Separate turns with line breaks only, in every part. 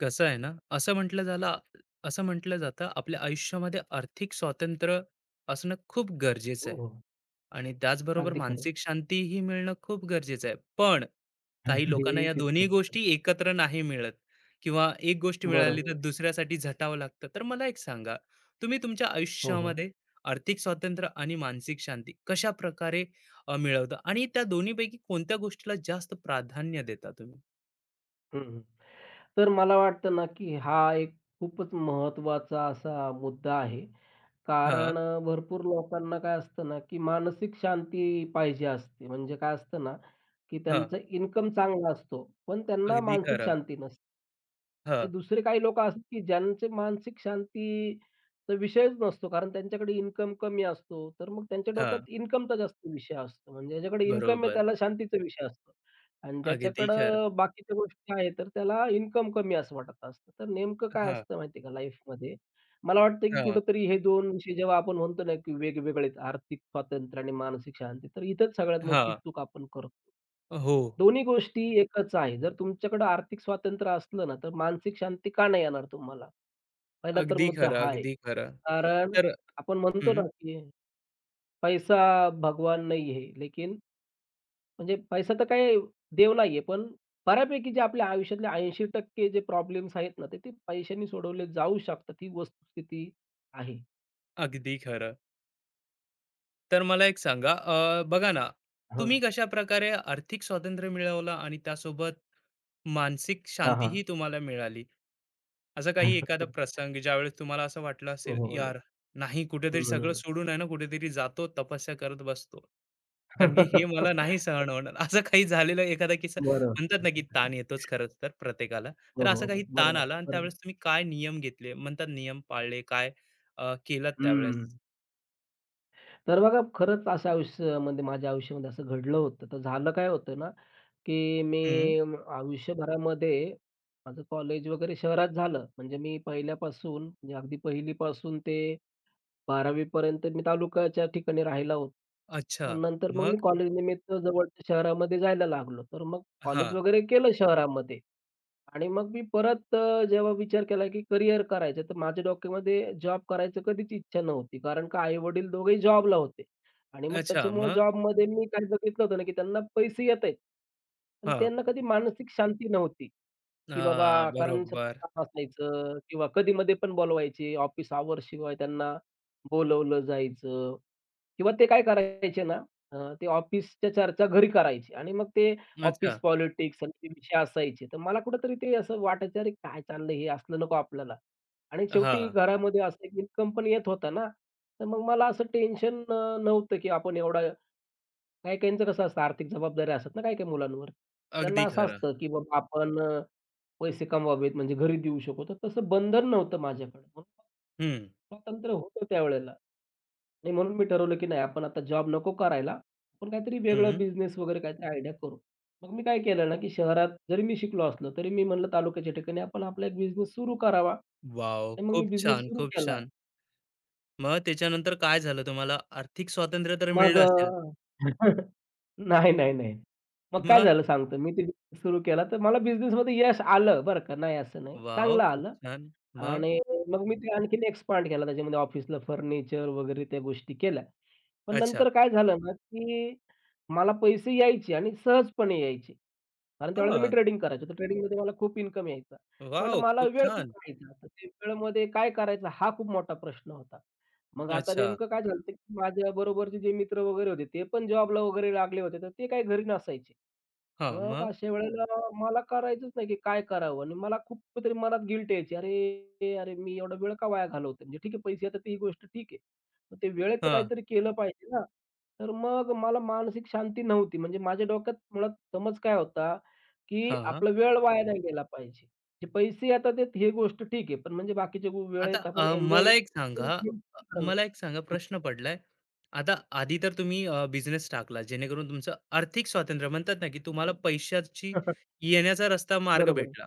कसं आहे ना, असं म्हटलं झालं असं म्हटलं जातं, आपल्या आयुष्यामध्ये आर्थिक स्वातंत्र्य असणं खूप गरजेचं
हो,
आहे
हो.
आणि त्याचबरोबर
अगदी खरं आहे.
मानसिक शांतीही मिळणं खूप गरजेचं आहे. पण काही लोकांना
हे
या दोन्ही
तितकंच खरं.
गोष्टी एकत्र नाही मिळत किंवा एक गोष्ट
बरोबर
मिळाली तर
आहे.
दुसऱ्यासाठी झटावं लागतं. तर मला एक सांगा, तुम्ही तुमच्या
हो, हो.
आयुष्यामध्ये आर्थिक स्वातंत्र्य आणि मानसिक शांती कशाप्रकारे मिळवता आणि त्या दोन्हीपैकी कोणत्या गोष्टीला जास्त प्राधान्य देता तुम्ही?
हं, हं. तर मला वाटतं ना, की हा एक खूपच महत्त्वाचा असा मुद्दा आहे.
हां,
कारण भरपूर लोकांना काय असतं ना, की मानसिक शांती पाहिजे असते. म्हणजे काय असतं ना, की
हां.
त्यांचा इन्कम चांगला असतो, पण त्यांना
अगदी
मानसिक
खरं.
शांती नसते. आणि
हां.
दुसरे काही लोकं असतात, की ज्यांचे मानसिक शांतीचा विषयच नसतो. कारण त्यांच्याकडे इन्कम कमी असतो. तर मग त्यांच्या
हां,
डोक्यात इन्कमचा जास्त विषय असतो. म्हणजे ज्याच्याकडे इन्कम आहे
बरोबर.
त्याला शांतीचा विषय असतो आणि
अगदी खरं.
ज्याच्याकडं बाकीच्या गोष्टी आहेत, तर त्याला इन्कम कमी असं वाटत असतं. तर नेमकं काय
हां,
असतं माहिती का लाईफमध्ये मला वाटतं की
हां,
कुठेतरी हे दोन विषय जेव्हा आपण म्हणतो ना, की वेगवेगळेच आर्थिक स्वातंत्र्य आणि मानसिक शांती, तर इथंच सगळ्यात मोठी
हां.
चूक आपण करतो.
हो,
दोन्ही गोष्टी एकच आहे. जर तुमच्याकडे आर्थिक स्वातंत्र्य असलं ना, तर मानसिक शांती का नाही येणार तुम्हाला? पहिला तर
अगदी
मुद्दा
खरं,
हा आहे.
अगदी खरं.
कारण
तर
आपण म्हणतो
हं,
ना, की पैसा भगवान नाही है, लेकिन म्हणजे पैसा तर काही देव नाही पण बऱ्यापैकी जे आपल्या आयुष्यातले 80% जे प्रॉब्लेम्स आहेत ना, ते ते पैशाने सोडवले जाऊ शकतात. ही वस्तुस्थिती आहे.
अगदी खरं. तर मला एक सांगा, बघा ना,
हां,
तुम्ही कशाप्रकारे आर्थिक स्वातंत्र्य मिळवलं आणि त्यासोबत मानसिक
हां, हां.
शांतीही तुम्हाला मिळाली? असा काही एखादा प्रसंग ज्यावेळेस तुम्हाला असं वाटलं
हो,
असेल,
हो, हो.
"यार, नाही कुठेतरी सगळं
हं.
सोडून आहे ना, कुठेतरी जातो, तपस्या करत बसतो. कारण की हे मला नाही सहन होणार." असं काही झालेलं एखादा किस्सा
बरोबर.
म्हणतात ना, की ताण येतोच खरंच तर प्रत्येकाला.
हो,
तर
हो,
असा
हो.
काही ताण
बरोबर,
आला आणि
बरोबर.
त्यावेळेस तुम्ही काय नियम घेतले? म्हणतात नियम पाळले, काय केलात त्यावेळेस?
हं. तर बघा खरंच असं आयुष्यामध्ये माझ्या आयुष्यामध्ये असं घडलं होतं. तर झालं काय होतं ना, की
हं.
मी आयुष्यभरामध्ये माझं कॉलेज वगैरे शहरात झालं. म्हणजे मी पहिल्यापासून म्हणजे अगदी पहिलीपासून ते 12वी पर्यंत मी तालुक्याच्या ठिकाणी राहिला होतो.
अच्छा.
पण नंतर मग मी
मग?
कॉलेजनिमित्त जवळच्या शहरामध्ये जायला लागलो. तर मग कॉलेज
हां.
वगैरे केलं शहरामध्ये. आणि मग मी परत जेव्हा विचार केला, की करियर करायचं, तर माझ्या डोक्यामध्ये जॉब करायचं कधीच इच्छा नव्हती. कारण का आई-वडील दोघेही जॉबला होते. आणि मग
अच्छा.
त्याच्यामुळे
मग?
जॉबमध्ये मी काय बघितलं होतं ना, की त्यांना पैसे येतायत. पण
हां.
त्यांना कधी मानसिक शांती नव्हती, की बाबा
हां,
कारण सतत
बरोबर.
काम असायचं किंवा कधीमध्ये पण बोलवायचे. ऑफिस आवरशिवाय त्यांना बोलवलं जायचं किंवा ते काय करायचे ना, ते ऑफिसच्या चर्चा घरी करायचे आणि मग ते ऑफिस
अच्छा.
पॉलिटिक्स आणि ते विषय असायचे. तर मला कुठेतरी ते असं वाटायचं, "अरे काय चाललंय हे? असलं नको आपल्याला." आणि शेवटी
हां.
घरामध्ये असं एक इन्कम पण येत होता ना, तर मग मला असं टेन्शन नव्हतं, की आपण एवढा काही-काहींचं कसं असतं आर्थिक जबाबदाऱ्या असतात ना काही-काही मुलांवर. त्यांना
अगदी
असं
खरं.
असतं, की बाबा आपण पैसे कमवावेत म्हणजे घरी देऊ शकू. तर तसं बंधन नव्हतं माझ्याकडे. म्हणून
हं.
स्वातंत्र्य होतं त्यावेळेला. नाही म्हणून मी ठरवलं, की नाही आपण आता जॉब नको करायला. आपण काहीतरी वेगळं बिझनेस वगैरे काहीतरी आयडिया करू. मग मी काय केलं ना, की शहरात जरी मी शिकलो असलो, तरी मी म्हणलं तालुक्याच्या ठिकाणी आपण आपला एक बिझनेस सुरू करावा.
वॉव!
आणि मग मी
खूप
बिझनेस
छान,
सुरू
खूप
केला.
छान. मग त्याच्यानंतर काय झालं तुम्हाला? आर्थिक स्वातंत्र्य तर
मग
मिळलं असेल.
अ, नाही, नाही, नाही. मग काय
मग?
झालं सांगतो. मी ते बिझनेस सुरू केला, तर मला बिझनेसमध्ये यश आलं बरं का, नाही असं नाही.
वॉव!
चांगलं
खूप
आलं.
छान. मग?
आणि मग मी ते आणखीन एक्सपांड केला. त्याच्यामध्ये ऑफिसला फर्निचर वगैरे त्या गोष्टी केल्या. पण
अच्छा.
नंतर काय झालं ना, की मला पैसे यायचे आणि सहजपणे यायचे. कारण त्यावेळेला मी
हां.
ट्रेडिंग करायचो. तर ट्रेडिंगमध्ये मला खूप इन्कम यायचा. पण
वॉव!
मला
खूप
वेळ खूप
छान.
राहायचा. तर त्या वेळेमध्ये काय करायचं हा खूप मोठा प्रश्न होता. मग आता
अच्छा.
नेमकं काय झालं, की माझ्याबरोबरचे जे मित्र वगैरे होते, ते पण जॉबला वगैरे लागले होते. तर ते काही घरी नसायचे.
हां,
मग
मग?
अशा वेळेला मला करायचंच नाही, की काय करावं? आणि मला खूप तरी मनात गिल्ट यायची. अरे, अरे, मी एवढा वेळ का वाया घालवतोय? म्हणजे ठीक आहे, पैसे येतात ही गोष्ट ठीक आहे. पण ते वेळेचं
हां.
काहीतरी केलं पाहिजे ना. तर मग मला मानसिक शांती नव्हती. म्हणजे माझ्या डोक्यात मुळात समज काय होता, की
हां.
आपला वेळ वाया नाही गेला पाहिजे. जे पैसे येतात आहेत ही गोष्ट ठीक आहे. पण म्हणजे बाकीच्या
आता
वेळेत आपण
मला
एन्जॉय
एक सांगा अ, मला एक सांगा प्रश्न पडलाय. आता आधी तर तुम्ही बिझनेस टाकला जेणेकरून तुमचं आर्थिक स्वातंत्र्य म्हणतात ना, की तुम्हाला पैशाची येण्याचा रस्ता मार्ग
बरोबर आहे,
भेटला.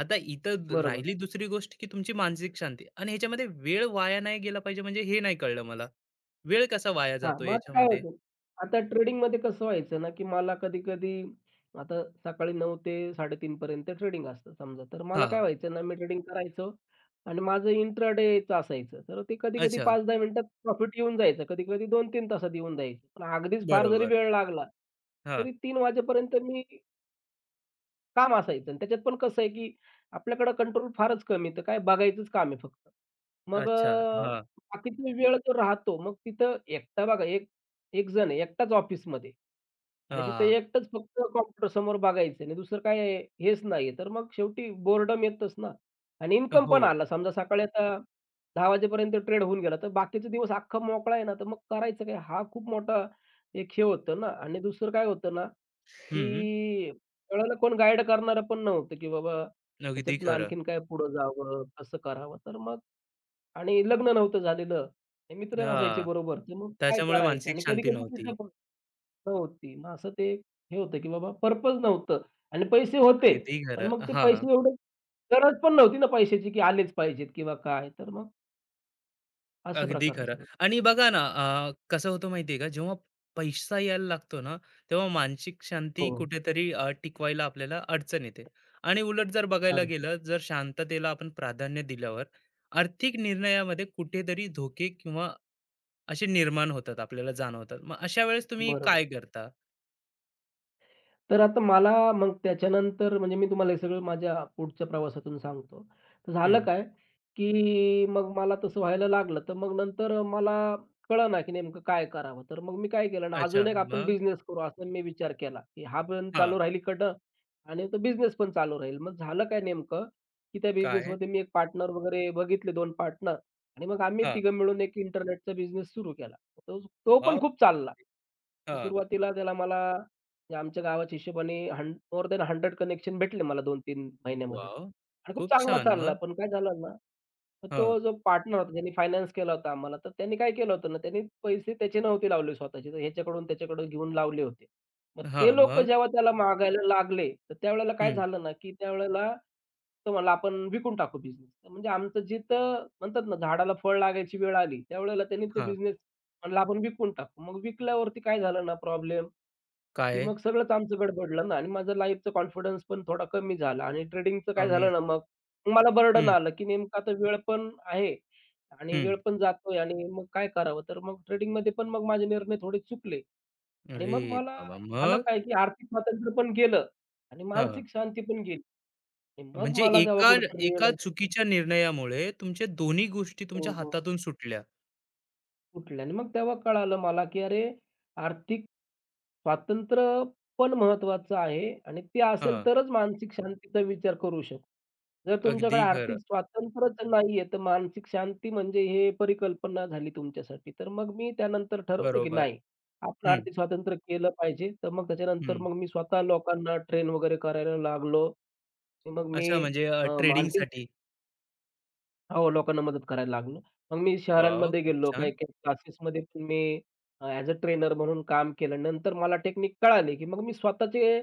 आता इथं
बरोबर.
राहिली दुसरी गोष्ट, की तुमची मानसिक शांती आणि ह्याच्यामध्ये वेळ वाया नाही गेला पाहिजे म्हणजे हे नाही कळलं मला. वेळ कसा वाया
हां,
जातो
मग आता काय
याच्यामध्ये?
होतं, आता ट्रेडिंगमध्ये कसं व्हायचं ना, की मला कधी-कधी आता सकाळी 9 ते 3:30 पर्यंत ट्रेडिंग असतं समजा. तर मला
हां,
काय व्हायचं ना, मी ट्रेडिंग करायचो आणि माझं इंट्राडेचं असायचं. तर ते कधी-कधी
अच्छा.
5-10 मिनिटात प्रॉफिट येऊन जायचं, कधी-कधी 2-3 तासात येऊन जायचं. पण अगदीच फार जरी
बरोबर.
वेळ लागला,
हां,
तरी 3 वाजेपर्यंत मी काम असायचं आणि त्याच्यात पण कसं आहे, की आपल्याकडं कंट्रोल फारच कमी तर काय बघायचंच काम आहे फक्त. मग
अच्छा.
अ,
हां,
बाकीचा वेळ जो राहतो मग तिथं एकटा बघा एक एक जण आहे, एकटाच ऑफिसमध्ये. आणि तिथे
हां.
एकटंच फक्त कॉम्प्युटर समोर बघायचं आणि दुसरं काय हेच नाहीये. तर मग शेवटी बोर्डम येतच ना आणि इन्कम पण
हो.
आला. समजा सकाळी आता 10:00 वाजेपर्यंत ट्रेड होऊन गेला, तर बाकीचा दिवस अख्खा मोकळा आहे ना, तर मग करायचं काय? हा खूप मोठा एक हे होतं ना आणि दुसरं काय होतं ना,
हं.
की त्यावेळेला कोण गाईड करणारं पण नव्हतं, की बाबा
अगदी
त्याच्यातनं
खरं.
आणखीन काय पुढं जावं, कसं करावं? तर मग आणि लग्न नव्हतं झालेलं. हे मित्र नसायचे
हां,
बरोबर, तर मग काय
त्याच्यामुळे
करायचं?
मानसिक
आणि
शांती
कधी-कधी
नव्हती.
नव्हती. मग असं ते हे होतं, की बाबा पर्पज नव्हतं आणि पैसे होते.
अगदी
पण
खरं.
मग ते
हां,
पैसे एवढे गरज पण नव्हती ना पैशाची, की आलेच पाहिजेत किंवा काय. तर मग अशा
अगदी
प्रकारचं
खरं.
सगळं.
आणि बघा ना, कसं होतं माहिती आहे का, जेव्हा पैसा यायला लागतो ना, तेव्हा मानसिक शांती
हो,
कुठेतरी टिकवायला आपल्याला अडचण येते. आणि उलट जर बघायला
अडचण.
गेलं, जर शांततेला आपण प्राधान्य दिल्यावर आर्थिक निर्णयामध्ये कुठेतरी धोके किंवा असे निर्माण होतात, आपल्याला जाणवतात. मग अशा वेळेस तुम्ही
बरोबर.
काय करता?
तर आता मला मग त्याच्यानंतर म्हणजे मी तुम्हाला हे सगळं माझ्या पुढच्या प्रवासातून सांगतो. तर झालं
हं.
काय, की मग मला तसं व्हायला लागलं, तर मग नंतर मला कळेना की नेमकं काय करावं? तर मग मी काय केलं ना,
अच्छा.
अजून एक आपण
मग?
बिझनेस करू असा मी विचार केला, की हा पण
हां.
चालू राहील इकडनं आणि तो बिझनेस पण चालू राहील. मग झालं काय नेमकं, की त्या
काय?
बिझनेसमध्ये मी एक पार्टनर वगैरे बघितले 2 पार्टनर आणि मग आम्ही
हां.
तिघं मिळून एक इंटरनेटचा बिझनेस सुरू केला. तो तो पण
वॉव!
खूप चालला.
हां.
सुरुवातीला त्याला मला म्हणजे आमच्या गावाच्या हिशोबाने हं मोर दॅन 100 कनेक्शन भेटले मला 2-3 महिन्यामध्ये
वॉव!
आणि खूप
खूप
चांगला
छान.
चालला.
मग?
पण काय झालं ना, तर
हां.
तो जो पार्टनर होता ज्यांनी फायनान्स केला होता आम्हाला, तर त्यांनी काय केलं होतं ना, त्यांनी पैसे त्याचे नव्हते लावले स्वतःचे, तर ह्याच्याकडून त्याच्याकडून घेऊन लावले होते. मग ते
हां.
लोकं
मग?
जेव्हा त्याला मागायला लागले, तर त्यावेळेला काय
हं.
झालं ना, की त्यावेळेला तो म्हणला, "आपण विकून टाकू बिझनेस." म्हणजे आमचं जिथं म्हणतात ना, झाडाला फळ लागायची वेळ आली, त्यावेळेला त्यांनी तो बिझनेस म्हणला, "आपण विकून टाकू." मग विकल्यावरती काय झालं ना प्रॉब्लेम की
काय?
मग सगळंच आमचं गडबडलं ना आणि माझं लाईफचा कॉन्फिडन्स पण थोडा कमी झाला आणि ट्रेडिंगचं काय झालं
कमीज.
ना मग, मला बर्डन
हं,
आलं की नेमकं आता वेळ पण आहे आणि
हं.
वेळ पण जातोय आणि मग काय करावं? तर मग ट्रेडिंगमध्ये पण मग माझे निर्णय थोडे चुकले आणि
अरे
मग मला
बाबा!
झालं
मग?
काय की आर्थिक स्वातंत्र्य पण गेलं आणि
हां.
मानसिक शांती पण गेली आणि मग
म्हणजे
मला तेव्हा
एका
कुठेतरी
एका
रिअलाईज
चुकीच्या निर्णयामुळे तुमच्या दोन्ही गोष्टी
हो,
तुमच्या
हो.
हातातून सुटल्या.
आणि मग तेव्हा कळालं मला की अरे, आर्थिक स्वातंत्र्य पण महत्वाचं आहे आणि ते असेल
हां,
तरच मानसिक शांतीचा विचार करू शकतो. जर
अगदी
तुमच्याकडे
खरं.
आर्थिक स्वातंत्र्यच नाहीये, तर मानसिक शांती म्हणजे हे परिकल्पना झाली तुमच्यासाठी. तर मग मी त्यानंतर ठरवलं, की
बरोबर.
नाही आपण
हं,
आर्थिक स्वातंत्र्य केलं पाहिजे. तर मग त्याच्यानंतर
हं.
मग मी स्वतः लोकांना ट्रेन वगैरे करायला लागलो. मग मी
अच्छा म्हणजे
अ, मानसिक
ट्रेडिंगसाठी.
हो, लोकांना मदत करायला लागलो. मग मी
वॉव!
शहरांमध्ये
खूप
गेलो,
छान.
काही-काही क्लासेसमध्ये पण मी ॲज अ ट्रेनर म्हणून काम केलं. नंतर मला टेक्निक कळाली, की मग मी स्वतःचे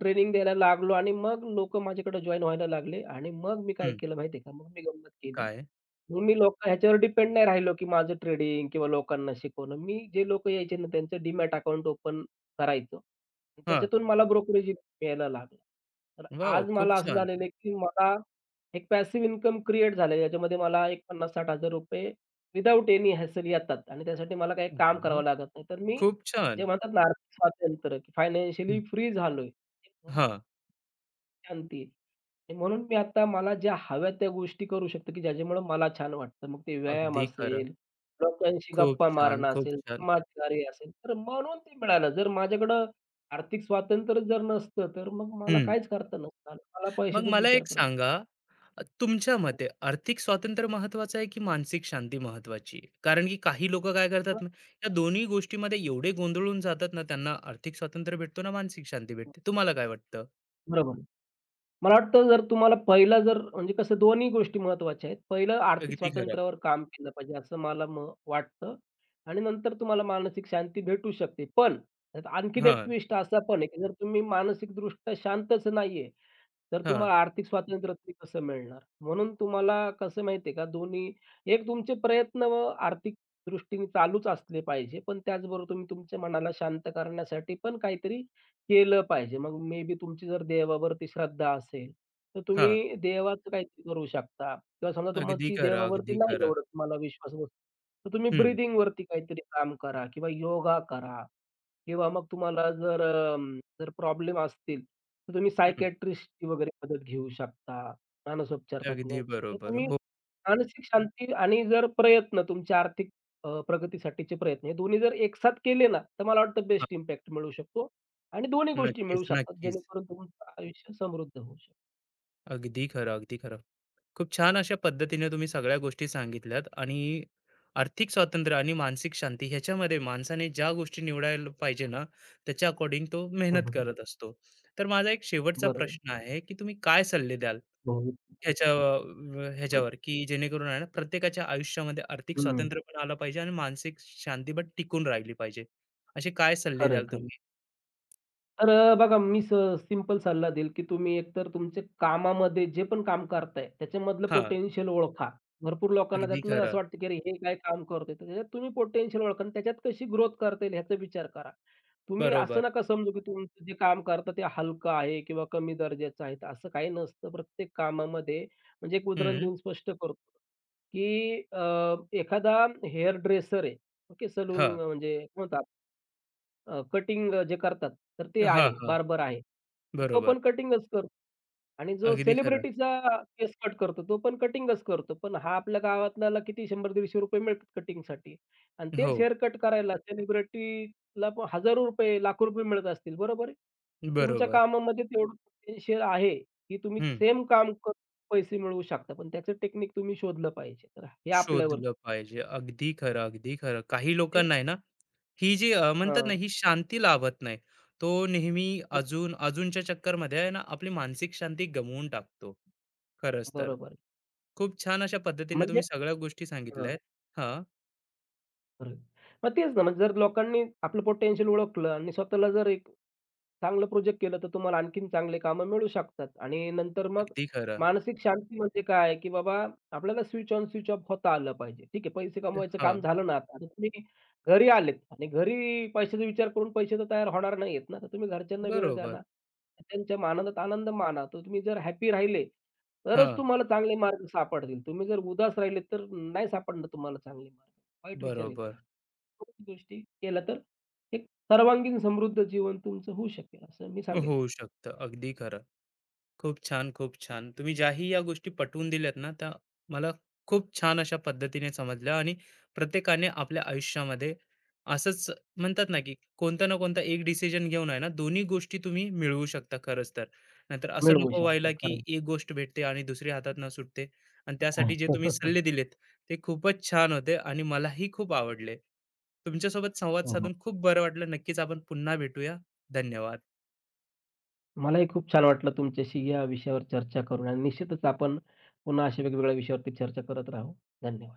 ट्रेनिंग द्यायला लागलो आणि मग लोकं माझ्याकडे जॉइन व्हायला लागले आणि मग मी काय
हं.
केलं माहिती आहे का? मग मी गंमत केली.
काय?
मग मी लोक ह्याच्यावर डिपेंड नाही राहिलो, की माझं ट्रेडिंग किंवा लोकांना शिकवणं. मी जे लोकं यायचे ना, त्यांचं डीमॅट अकाउंट ओपन करायचो. आणि
हां.
त्याच्यातून मला ब्रोकरेज इन्कम यायला लागला. तर
वॉव!
आज
खूप
मला असं
छान.
झालेलं आहे, की मला एक पॅसिव्ह इन्कम क्रिएट झालं याच्यामध्ये मला एक 50,000-60,000 रुपये विदाऊट एनी हॅसल येतात आणि त्यासाठी मला काही काम
वॉव!
करावं लागत नाही. तर मी
खूप
जे
छान.
म्हणतात ना, आर्थिक स्वातंत्र्य, की
हं.
फायनान्शियली फ्री झालोय. एक
हां,
शांती आहे. म्हणून मी आता मला ज्या हव्या त्या गोष्टी करू शकतो, की ज्याच्यामुळं मला छान वाटतं. मग ते व्यायाम
अगदी खरं.
असेल, लोकांशी
खूप
गप्पा
छान,
मारणं
खूप
असेल,
छान.
समाजकार्य असेल, तर म्हणून ते मिळालं. जर माझ्याकडं आर्थिक स्वातंत्र्य जर नसतं, तर मग मला
हं.
काहीच करता नसतं आलं. मला
मग
पैशाचाच
मला
विचार
एक
करत
सांगा, तुमच्या मते आर्थिक स्वातंत्र्य महत्त्वाचं आहे की मानसिक शांती महत्त्वाची आहे? कारण की काही लोकं काय
हो.
करतात ना, या दोन्ही गोष्टीमध्ये एवढे गोंधळून जातात ना, त्यांना आर्थिक स्वातंत्र्य भेटतो ना मानसिक शांती भेटते. तुम्हाला काय वाटतं?
बरोबर. मला वाटतं जर तुम्हाला पहिला जर म्हणजे कसं दोन्ही गोष्टी महत्त्वाच्या आहेत. पहिलं आर्थिक
अगदी खरं.
स्वातंत्र्यावर काम केलं पाहिजे असं मला म वाटतं आणि नंतर तुम्हाला मानसिक शांती भेटू शकते. पण त्यात आणखीन एक
हां,
ट्विस्ट असा पण आहे, की जर तुम्ही मानसिकदृष्ट्या शांतच नाहीये, तर
हां,
तुम्हाला आर्थिक स्वातंत्र्य तरी कसं मिळणार? म्हणून तुम्हाला कसं माहिती का दोन्ही एक तुमचे प्रयत्न आर्थिक दृष्टीने चालूच असले पाहिजे, पण त्याचबरोबर तुम्ही तुमच्या मनाला शांत करण्यासाठी पण काहीतरी केलं पाहिजे. मग मे बी तुमची जर देवावरती श्रद्धा असेल, तर
हां.
तुम्ही देवाचं काहीतरी करू शकता किंवा समजा
अगदी
तुमची
खरं,
देवावरती
अगदी
नाही
खरं.
एवढं तुम्हाला विश्वास बसत, तर तुम्ही
हं,
ब्रीथिंगवरती काहीतरी काम करा किंवा योगा करा. किंवा मग तुम्हाला जर जर प्रॉब्लेम असतील, तर तुम्ही
हं.
सायकियाट्रिस्टची वगैरे मदत घेऊ शकता, मानसोपचार
अगदी
तज्ञाची. तर
बरोबर.
तुम्ही
हो.
मानसिक शांती आणि जर प्रयत्न तुमच्या आर्थिक प्रगतीसाठीचे प्रयत्न हे दोन्ही जर एकसाथ केले ना, तर मला वाटतं
हां.
बेस्ट इम्पॅक्ट मिळू शकतो आणि दोन्ही गोष्टी
नक्कीच,
मिळू शकतात,
नक्कीच.
जेणेकरून तुमचं आयुष्य समृद्ध होऊ शकतं.
अगदी खरं, अगदी खरं. खूप छान अशा पद्धतीने तुम्ही सगळ्या गोष्टी सांगितल्यात आणि आर्थिक स्वातंत्र्य आणि मानसिक शांती ह्याच्यामध्ये माणसाने ज्या गोष्टी निवडायला पाहिजे ना त्याच्या अकॉर्डिंग तो मेहनत करत असतो तर माझा एक शेवटचा
बरोबर.
प्रश्न आहे की तुम्ही काय सल्ले द्याल
हो.
ह्याच्यावर की जेणेकरून आहे ना प्रत्येकाच्या आयुष्यामध्ये आर्थिक
हं, हं.
स्वातंत्र्य पण आलं पाहिजे आणि मानसिक शांती पण टिकून राहिली पाहिजे असे काय सल्ले
खरं
द्याल तुम्ही
तर बघा मी सिंपल सल्ला देईल, की तुम्ही एकतर तुमचे कामामध्ये जे पण काम करताय, त्याच्यामधलं
हा
पोटेन्शियल ओळखा. भरपूर लोकांना
अगदी
त्यातलं असं
खरं
वाटतं, की अरे हे काय काम करतोय, तर त्याच्यात तुम्ही पोटेन्शियल ओळखा आणि त्याच्यात कशी ग्रोथ करता येईल ह्याचा विचार करा. तुम्ही असं
बरोबर
नका समजू, की तुमचं जे काम करता ते हलकं आहे किंवा कमी दर्जाचं आहे, तर असं काही नसतं. प्रत्येक कामामध्ये म्हणजे एक उदाहरण
हम्म
देऊन स्पष्ट करतो, की एखादा हेअर ड्रेसर आहे, ओके
हा
सलून म्हणजे म्हणतो कटिंग जे करतात, तर ते
हा
आहे,
हा
बार्बर आहे. तर तो
बरोबर
पण कटिंगच करतो आणि जो
अगदी खरं
सेलिब्रिटीचा केस कट करतो, तो पण कटिंगच करतो. पण हा आपल्या गावातल्याला किती ₹100-150 मिळतात कटिंगसाठी आणि
हो
तेच हेअर कट करायला सेलिब्रिटीला पण हजारो रुपये, लाखो रुपये मिळत असतील. बरोबर आहे? तुमच्या
बरोबर.
कामामध्ये तेवढं पोटेन्शियल आहे, की तुम्ही
हं.
सेम काम करून पैसे मिळवू शकता. पण त्याचं टेक्निक तुम्ही शोधलं पाहिजे. तर हे आपल्यावरती
शोधलं पाहिजे. अगदी खरं, अगदी खरं. काही
आहे.
लोकांना आहे ना, ही जी म्हणतात ना,
हां.
ही शांती लाभत नाही. तो नेहमी अजून, अजूनच्या चक्करमध्ये आहे ना, आपली मानसिक शांती गमावून टाकतो. खरंच तर.
बरोबर आहे.
खूप छान अशा पद्धतीने
म्हणजे
तुम्ही सगळ्या गोष्टी सांगितल्या आहेत. हां,
खरंय. मग तेच ना, म्हणजे जर लोकांनी आपलं पोटेन्शियल ओळखलं आणि स्वतःला जर एक चांगलं प्रोजेक्ट केलं, तर तुम्हाला आणखीन चांगले कामं मिळू शकतात आणि नंतर मग
अगदी खरं.
मानसिक शांती म्हणजे काय, की बाबा आपल्याला स्विच ऑन, स्विच ऑफ होता आलं पाहिजे. ठीक आहे, पैसे कमवायचं
हां,
काम झालं ना आता. आता तुम्ही घरी आलेत आणि घरी पैशाचा विचार करून पैसे तर तयार होणार नाहीयेत ना, तर तुम्ही घरच्यांना वेळ द्या
बरोबर.
ना. त्यांच्या आनंदात आनंद माना. तर तुम्ही जर हॅपी राहिले, तरच
हां,
तुम्हाला चांगले मार्ग सापडतील. तुम्ही जर उदास राहिले, तर नाही सापडणार तुम्हाला चांगले मार्ग. वाईट विचार येत
बरोबर.
राहतात. थोड्या गोष्टी केल्या तर एक सर्वांगीण समृद्ध जीवन तुमचं होऊ शकेल असं मी
हो,
सांगेल.
होऊ शकतं. अगदी खरं. खूप छान, खूप छान. तुम्ही ज्याही या गोष्टी पटवून दिल्यात ना, त्या मला खूप छान अशा पद्धतीने समजल्या आणि प्रत्येकाने आपल्या आयुष्यामध्ये असंच म्हणतात ना, की कोणता ना कोणता एक डिसिजन घेऊन आहे ना, दोन्ही गोष्टी तुम्ही मिळवू शकता खरंच तर. नाहीतर असं
मिळवू
नको
शकता.
व्हायला,
खरं
की
आहे.
एक गोष्ट भेटते आणि दुसरी हातात न सुटते. आणि त्यासाठी जे तुम्ही सल्ले दिलेत, ते खूपच छान होते आणि मलाही खूप आवडले. तुमच्यासोबत संवाद
हो, हो.
साधून खूप बरं वाटलं. नक्कीच आपण पुन्हा भेटूया. धन्यवाद.
मलाही खूप छान वाटलं तुमच्याशी या विषयावर चर्चा करून आणि निश्चितच आपण पुन्हा अशा वेगवेगळ्या विषयावरती चर्चा करत राहू. धन्यवाद.